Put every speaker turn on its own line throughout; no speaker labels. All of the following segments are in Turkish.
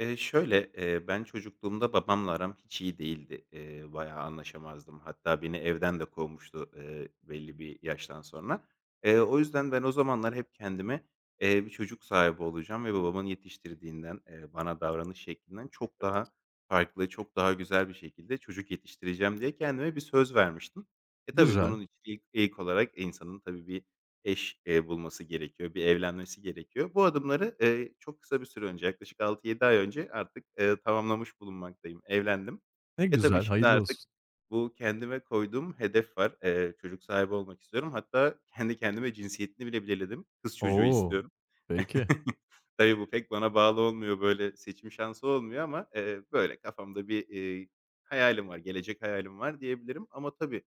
Şöyle, ben çocukluğumda babamla aram hiç iyi değildi. Bayağı anlaşamazdım. Hatta beni evden de kovmuştu, belli bir yaştan sonra. O yüzden ben o zamanlar hep kendime, bir çocuk sahibi olacağım ve babamın yetiştirdiğinden, bana davranış şeklinden çok daha farklı, çok daha güzel bir şekilde çocuk yetiştireceğim diye kendime bir söz vermiştim. Tabii
Güzel.
bunun için ilk olarak insanın tabii bir eş bulması gerekiyor, bir evlenmesi gerekiyor. Bu adımları, çok kısa bir süre önce, yaklaşık 6-7 ay önce artık, tamamlamış bulunmaktayım. Evlendim.
Ne
Tabii
güzel,
şimdi
hayırlı
artık
olsun.
bu kendime koyduğum hedef var. Çocuk sahibi olmak istiyorum. Hatta kendi kendime cinsiyetini bile belirledim. Kız çocuğu
Oo.
istiyorum.
Peki.
Tabii bu pek bana bağlı olmuyor, böyle seçim şansı olmuyor ama, böyle kafamda bir, hayalim var, gelecek hayalim var diyebilirim. Ama tabii,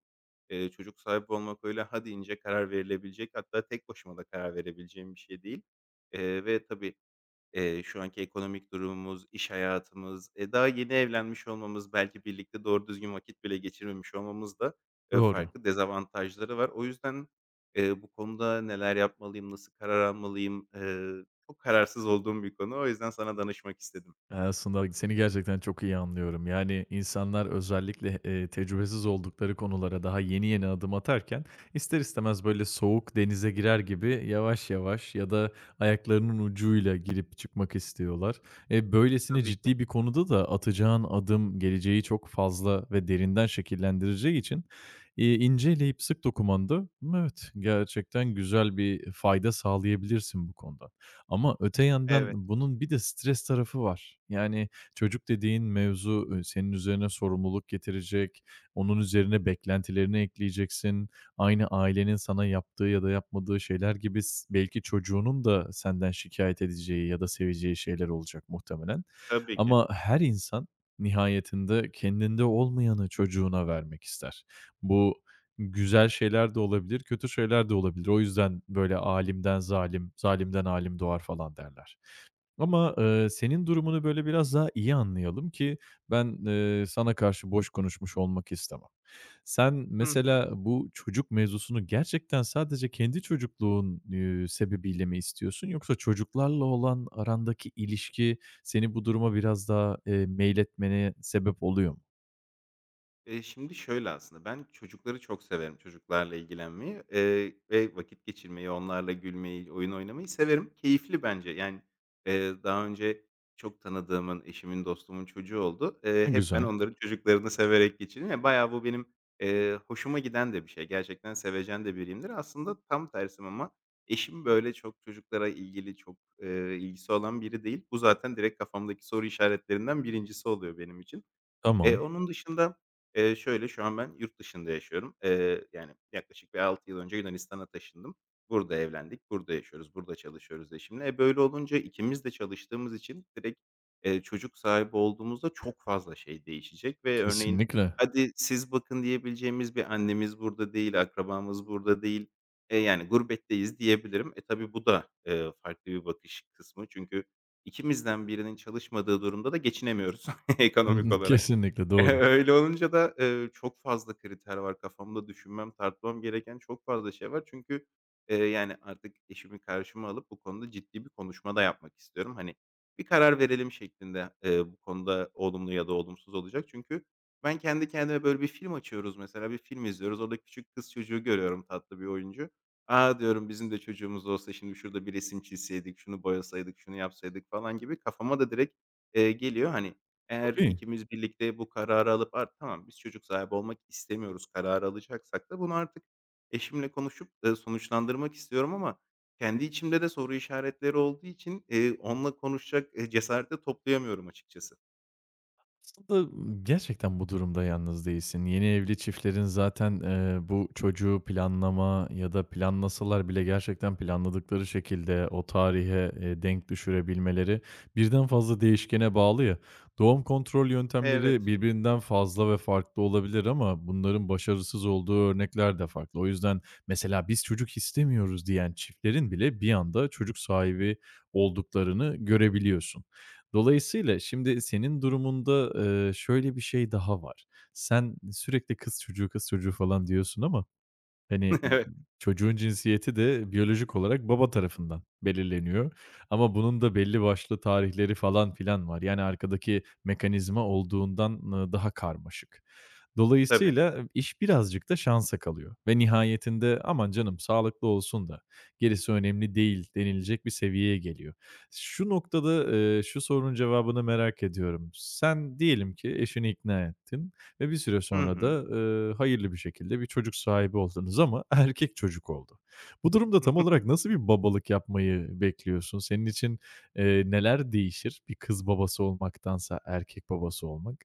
eee, çocuk sahibi olmak öyle ha deyince karar verilebilecek hatta tek başıma da karar verebileceğim bir şey değil. Ve tabii, şu anki ekonomik durumumuz, iş hayatımız, daha yeni evlenmiş olmamız, belki birlikte doğru düzgün vakit bile geçirmemiş olmamız da,
Doğru.
farklı dezavantajları var. O yüzden, bu konuda neler yapmalıyım, nasıl karar almalıyım, çok kararsız olduğum bir konu. O yüzden sana danışmak istedim.
Aslında seni gerçekten çok iyi anlıyorum. Yani insanlar özellikle, tecrübesiz oldukları konulara daha yeni yeni adım atarken ister istemez böyle soğuk denize girer gibi yavaş yavaş ya da ayaklarının ucuyla girip çıkmak istiyorlar. E, böylesine
Tabii ki.
ciddi bir konuda da atacağın adım geleceği çok fazla ve derinden şekillendireceği için, ince sık dokumanda, evet, gerçekten güzel bir fayda sağlayabilirsin bu konuda. Ama öte
Evet,
yandan bunun bir de stres tarafı var. Yani çocuk dediğin mevzu, senin üzerine sorumluluk getirecek, onun üzerine beklentilerini ekleyeceksin. Aynı ailenin sana yaptığı ya da yapmadığı şeyler gibi belki çocuğunun da senden şikayet edeceği ya da seveceği şeyler olacak muhtemelen.
tabii ki.
Ama her insan nihayetinde kendinde olmayanı çocuğuna vermek ister. Bu güzel şeyler de olabilir, kötü şeyler de olabilir. O yüzden böyle alimden zalim, zalimden alim doğar falan derler. Ama, senin durumunu böyle biraz daha iyi anlayalım ki ben, sana karşı boş konuşmuş olmak istemem. Sen
Hı hı.
mesela bu çocuk mevzusunu gerçekten sadece kendi çocukluğun, sebebiyle mi istiyorsun yoksa çocuklarla olan arandaki ilişki seni bu duruma biraz daha, meyletmene sebep oluyor mu?
Şimdi şöyle aslında, ben çocukları çok severim, çocuklarla ilgilenmeyi, ve vakit geçirmeyi, onlarla gülmeyi, oyun oynamayı severim. Keyifli bence. Yani, daha önce çok tanıdığımın, eşimin, dostumun çocuğu oldu.
Ne
Hep ben
güzel.
onların çocuklarını severek geçirdim ve bayağı bu benim, hoşuma giden de bir şey. Gerçekten sevecen de biriyimdir. Aslında tam tersim ama eşim böyle çok çocuklara ilgili, çok, ilgisi olan biri değil. Bu zaten direkt kafamdaki soru işaretlerinden birincisi oluyor benim için.
Tamam.
Onun dışında, şöyle, şu an ben yurt dışında yaşıyorum. Yani, yaklaşık bir 6 yıl önce Yunanistan'a taşındım. Burada evlendik, burada yaşıyoruz, burada çalışıyoruz eşimle. Böyle olunca ikimiz de çalıştığımız için direkt, çocuk sahibi olduğumuzda çok fazla şey değişecek ve örneğin,
Kesinlikle.
"Hadi siz bakın." diyebileceğimiz bir annemiz burada değil, akrabamız burada değil. Yani, gurbetteyiz diyebilirim. Tabii bu da, farklı bir bakış kısmı çünkü ikimizden birinin çalışmadığı durumda da geçinemiyoruz ekonomik
Anladım,
olarak.
kesinlikle doğru.
Öyle olunca da, çok fazla kriter var kafamda düşünmem, tartmam gereken çok fazla şey var. Çünkü, yani, artık eşimi karşıma alıp bu konuda ciddi bir konuşma da yapmak istiyorum. Hani, bir karar verelim şeklinde, bu konuda olumlu ya da olumsuz olacak. Çünkü ben kendi kendime böyle bir film açıyoruz mesela, bir film izliyoruz. Orada küçük kız çocuğu görüyorum, tatlı bir oyuncu. "A!" diyorum, "Bizim de çocuğumuz olsa şimdi şurada bir resim çizseydik, şunu boyasaydık, şunu yapsaydık." falan gibi kafama da direkt, geliyor. Hani, eğer
Tabii.
ikimiz birlikte bu kararı alıp tamam biz çocuk sahibi olmak istemiyoruz kararı alacaksak da bunu artık eşimle konuşup, sonuçlandırmak istiyorum ama kendi içimde de soru işaretleri olduğu için, onunla konuşacak, cesareti toplayamıyorum açıkçası.
Aslında gerçekten bu durumda yalnız değilsin. Yeni evli çiftlerin zaten, bu çocuğu planlama ya da planlasalar bile gerçekten planladıkları şekilde o tarihe, denk düşürebilmeleri birden fazla değişkene bağlı ya. Doğum kontrol yöntemleri
Evet.
birbirinden fazla ve farklı olabilir ama bunların başarısız olduğu örnekler de farklı. O yüzden mesela "Biz çocuk istemiyoruz." diyen çiftlerin bile bir anda çocuk sahibi olduklarını görebiliyorsun. Dolayısıyla şimdi senin durumunda, şöyle bir şey daha var. Sen sürekli kız çocuğu, kız çocuğu falan diyorsun ama hani,
Evet,
çocuğun cinsiyeti de biyolojik olarak baba tarafından belirleniyor ama bunun da belli başlı tarihleri falan filan var. Yani, arkadaki mekanizma olduğundan, daha karmaşık.
tabii.
Dolayısıyla iş birazcık da şansa kalıyor ve nihayetinde "Aman canım, sağlıklı olsun da gerisi önemli değil." denilecek bir seviyeye geliyor. Şu noktada, şu sorunun cevabını merak ediyorum. Sen diyelim ki eşini ikna ettin. Ve bir süre
Hı
sonra
hı.
da, hayırlı bir şekilde bir çocuk sahibi oldunuz ama erkek çocuk oldu. Bu durumda tam olarak nasıl bir babalık yapmayı bekliyorsun? Senin için, neler değişir bir kız babası olmaktansa erkek babası olmak?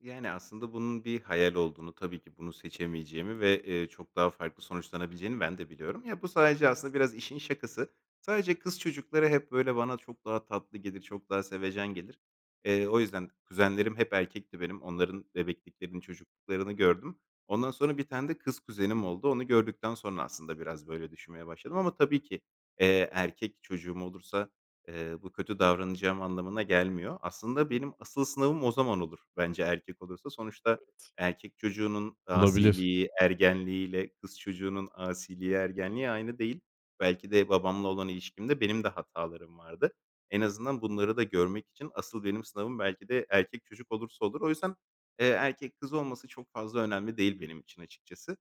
Yani, aslında bunun bir hayal olduğunu, tabii ki bunu seçemeyeceğimi ve, çok daha farklı sonuçlanabileceğini ben de biliyorum. Ya, bu sadece aslında biraz işin şakası. Sadece kız çocukları hep, böyle, bana çok daha tatlı gelir, çok daha sevecen gelir. O yüzden kuzenlerim hep erkekti benim. Onların bebekliklerini, çocukluklarını gördüm. Ondan sonra bir tane de kız kuzenim oldu. Onu gördükten sonra aslında biraz böyle düşünmeye başladım ama tabii ki, erkek çocuğum olursa bu kötü davranacağım anlamına gelmiyor. Aslında benim asıl sınavım o zaman olur bence erkek olursa. Sonuçta erkek çocuğunun
Olabilir.
asiliği, ergenliğiyle kız çocuğunun asiliği, ergenliği aynı değil. Belki de babamla olan ilişkimde benim de hatalarım vardı. En azından bunları da görmek için asıl benim sınavım belki de erkek çocuk olursa olur. O yüzden, erkek kız olması çok fazla önemli değil benim için açıkçası.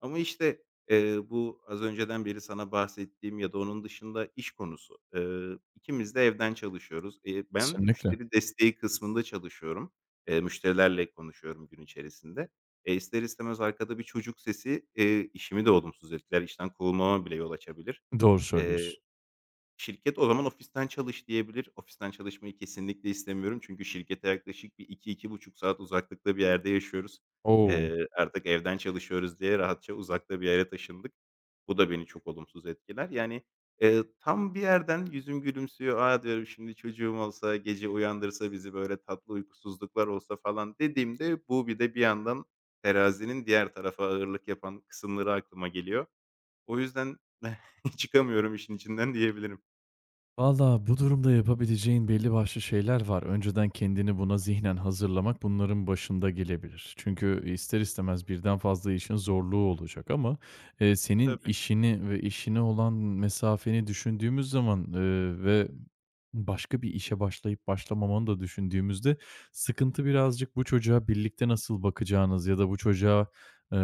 Ama, işte, bu az önceden beri sana bahsettiğim ya da onun dışında iş konusu. İkimiz de evden çalışıyoruz. Ben
Kesinlikle.
müşteri desteği kısmında çalışıyorum. Müşterilerle konuşuyorum gün içerisinde. İster istemez arkada bir çocuk sesi, işimi de olumsuz etkiler. İşten kovulmama bile yol açabilir.
Doğru söylüyorsun.
Şirket o zaman ofisten çalış diyebilir. Ofisten çalışmayı kesinlikle istemiyorum. Çünkü şirkete yaklaşık bir 2-2,5 saat uzaklıkta bir yerde yaşıyoruz.
O!
Artık evden çalışıyoruz diye rahatça uzakta bir yere taşındık. Bu da beni çok olumsuz etkiler. Yani, tam bir yerden yüzüm gülümsüyor. "A!" diyorum, "Şimdi çocuğum olsa, gece uyandırsa bizi, böyle tatlı uykusuzluklar olsa falan." dediğimde bu bir de bir yandan terazinin diğer tarafa ağırlık yapan kısımları aklıma geliyor. O yüzden çıkamıyorum işin içinden diyebilirim.
Valla bu durumda yapabileceğin belli başlı şeyler var. Önceden kendini buna zihnen hazırlamak bunların başında gelebilir. Çünkü ister istemez birden fazla işin zorluğu olacak ama e, senin
Tabii,
işini ve işine olan mesafeni düşündüğümüz zaman e, ve başka bir işe başlayıp başlamamanı da düşündüğümüzde sıkıntı birazcık bu çocuğa birlikte nasıl bakacağınız ya da bu çocuğa e,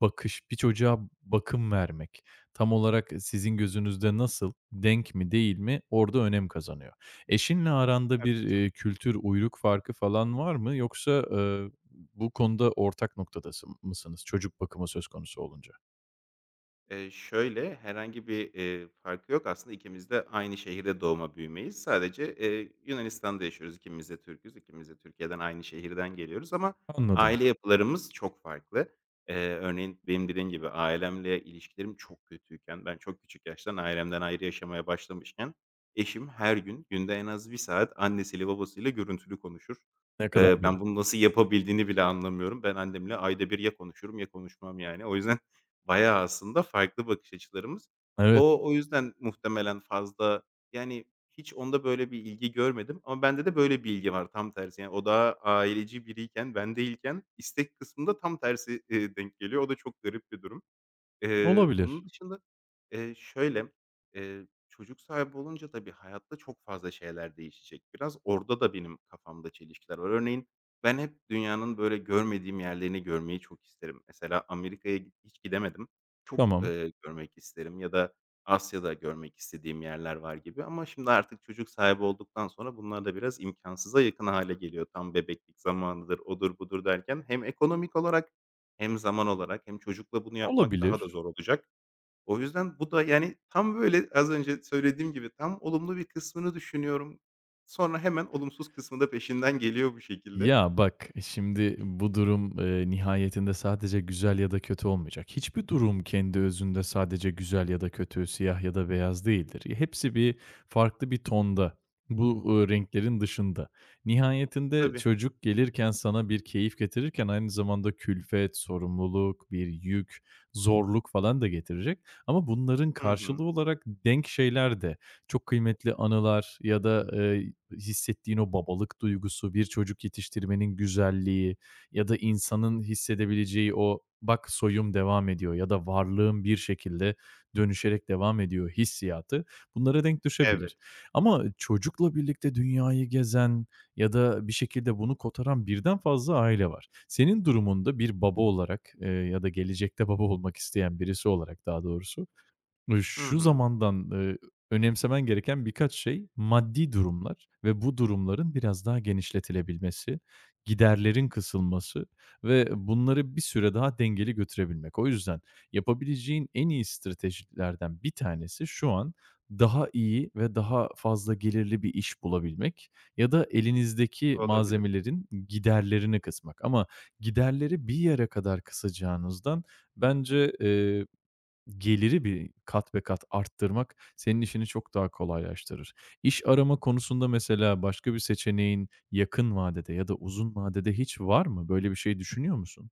bakış, bir çocuğa bakım vermek. Tam olarak sizin gözünüzde nasıl, denk mi değil mi orada önem kazanıyor. Eşinle aranda bir,
haklısın.
kültür, uyruk farkı falan var mı yoksa, bu konuda ortak noktadası mısınız çocuk bakımı söz konusu olunca?
Şöyle, herhangi bir, farkı yok aslında ikimiz de aynı şehirde doğma büyümeyiz. Sadece, Yunanistan'da yaşıyoruz. İkimiz de Türk'üz. İkimiz de Türkiye'den, aynı şehirden geliyoruz ama
Anladım.
aile yapılarımız çok farklı. Örneğin benim dediğim gibi ailemle ilişkilerim çok kötüyken, ben çok küçük yaştan ailemden ayrı yaşamaya başlamışken eşim her gün, günde en az 1 saat annesiyle babasıyla görüntülü konuşur.
Ne kadar garip.
Ben bunu nasıl yapabildiğini bile anlamıyorum. Ben annemle ayda bir ya konuşurum ya konuşmam yani. O yüzden bayağı aslında farklı bakış açılarımız.
Evet,
O yüzden muhtemelen fazla, yani, hiç onda böyle bir ilgi görmedim ama bende de böyle bir ilgi var tam tersi. Yani, o daha aileci biriyken, ben değilken istek kısmında tam tersi, denk geliyor. O da çok garip bir durum. Onun
olabilir.
dışında, şöyle, çocuk sahibi olunca tabii hayatta çok fazla şeyler değişecek biraz. Orada da benim kafamda çelişkiler var. Örneğin ben hep dünyanın böyle görmediğim yerlerini görmeyi çok isterim. Mesela Amerika'ya hiç gidemedim. Çok,
Tamam,
eee, görmek isterim ya da Asya'da görmek istediğim yerler var gibi ama şimdi artık çocuk sahibi olduktan sonra bunlar da biraz imkânsıza yakın hale geliyor. Tam bebeklik zamanıdır, odur budur derken hem ekonomik olarak hem zaman olarak hem çocukla bunu yapmak daha da
olabilir.
zor olacak. O yüzden bu da, yani, tam böyle az önce söylediğim gibi tam olumlu bir kısmını düşünüyorum. Sonra hemen olumsuz kısmı da peşinden geliyor bu şekilde.
Ya, bak, şimdi bu durum, nihayetinde sadece güzel ya da kötü olmayacak. Hiçbir durum kendi özünde sadece güzel ya da kötü, siyah ya da beyaz değildir. Hepsi bir farklı bir tonda, bu, renklerin dışında. Nihayetinde
Tabii.
çocuk gelirken sana bir keyif getirirken aynı zamanda külfet, sorumluluk, bir yük, zorluk falan da getirecek ama bunların
Hı hı.
karşılığı olarak denk şeyler de çok kıymetli anılar ya da, hissettiğin o babalık duygusu, bir çocuk yetiştirmenin güzelliği ya da insanın hissedebileceği o "Bak soyum devam ediyor." ya da "Varlığım bir şekilde dönüşerek devam ediyor." hissiyatı bunlara denk
Evet.
düşebilir. Ama çocukla birlikte dünyayı gezen ya da bir şekilde bunu kotaran birden fazla aile var. Senin durumunda bir baba olarak, ya da gelecekte baba olmak isteyen birisi olarak daha doğrusu,
Hı
şu
hı.
zamandan, önemsemen gereken birkaç şey maddi durumlar ve bu durumların biraz daha genişletilebilmesi, giderlerin kısılması ve bunları bir süre daha dengeli götürebilmek. O yüzden yapabileceğin en iyi stratejilerden bir tanesi şu an daha iyi ve daha fazla gelirli bir iş bulabilmek ya da elinizdeki
Olabilir.
malzemelerin giderlerini kısmak ama giderleri bir yere kadar kısacağınızdan bence, geliri bir kat be kat arttırmak senin işini çok daha kolaylaştırır. İş arama konusunda mesela başka bir seçeneğin yakın vadede ya da uzun vadede hiç var mı? Böyle bir şey düşünüyor musun?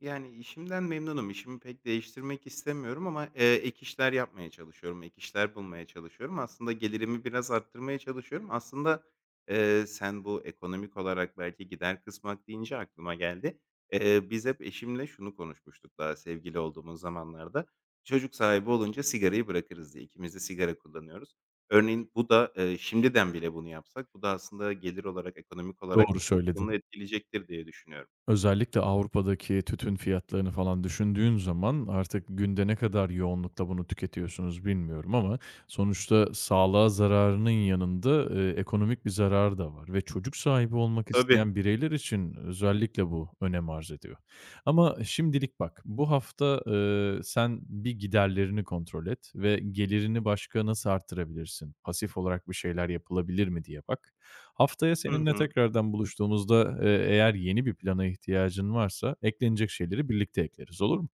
Yani, işimden memnunum. İşimi pek değiştirmek istemiyorum ama, ek işler yapmaya çalışıyorum, ek işler bulmaya çalışıyorum. Aslında gelirimi biraz arttırmaya çalışıyorum. Aslında, sen bu ekonomik olarak belki gider kısmak deyince aklıma geldi. Biz hep eşimle şunu konuşmuştuk daha sevgili olduğumuz zamanlarda. Çocuk sahibi olunca sigarayı bırakırız diye. İkimiz de sigara kullanıyoruz. Örneğin bu da, şimdiden bile bunu yapsak bu da aslında gelir olarak, ekonomik olarak
Doğru
çok olumlu
söyledin.
etkileyecektir diye düşünüyorum.
Özellikle Avrupa'daki tütün fiyatlarını falan düşündüğün zaman artık günde ne kadar yoğunlukla bunu tüketiyorsunuz bilmiyorum ama sonuçta sağlığa zararının yanında, ekonomik bir zarar da var ve çocuk sahibi olmak
Tabii.
isteyen bireyler için özellikle bu önem arz ediyor. Ama şimdilik bak, bu hafta, sen bir giderlerini kontrol et ve gelirini başka nasıl arttırabilirsin? Pasif olarak bir şeyler yapılabilir mi diye bak. Haftaya
Hı
seninle
hı.
tekrardan buluştuğumuzda, eğer yeni bir plana ihtiyacın varsa eklenecek şeyleri birlikte ekleriz, olur mu?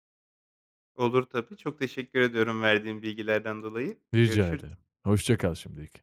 Olur tabii. Çok teşekkür ediyorum verdiğin bilgilerden dolayı.
Rica
Görüşürüz.
ederim. Hoşça kal şimdilik.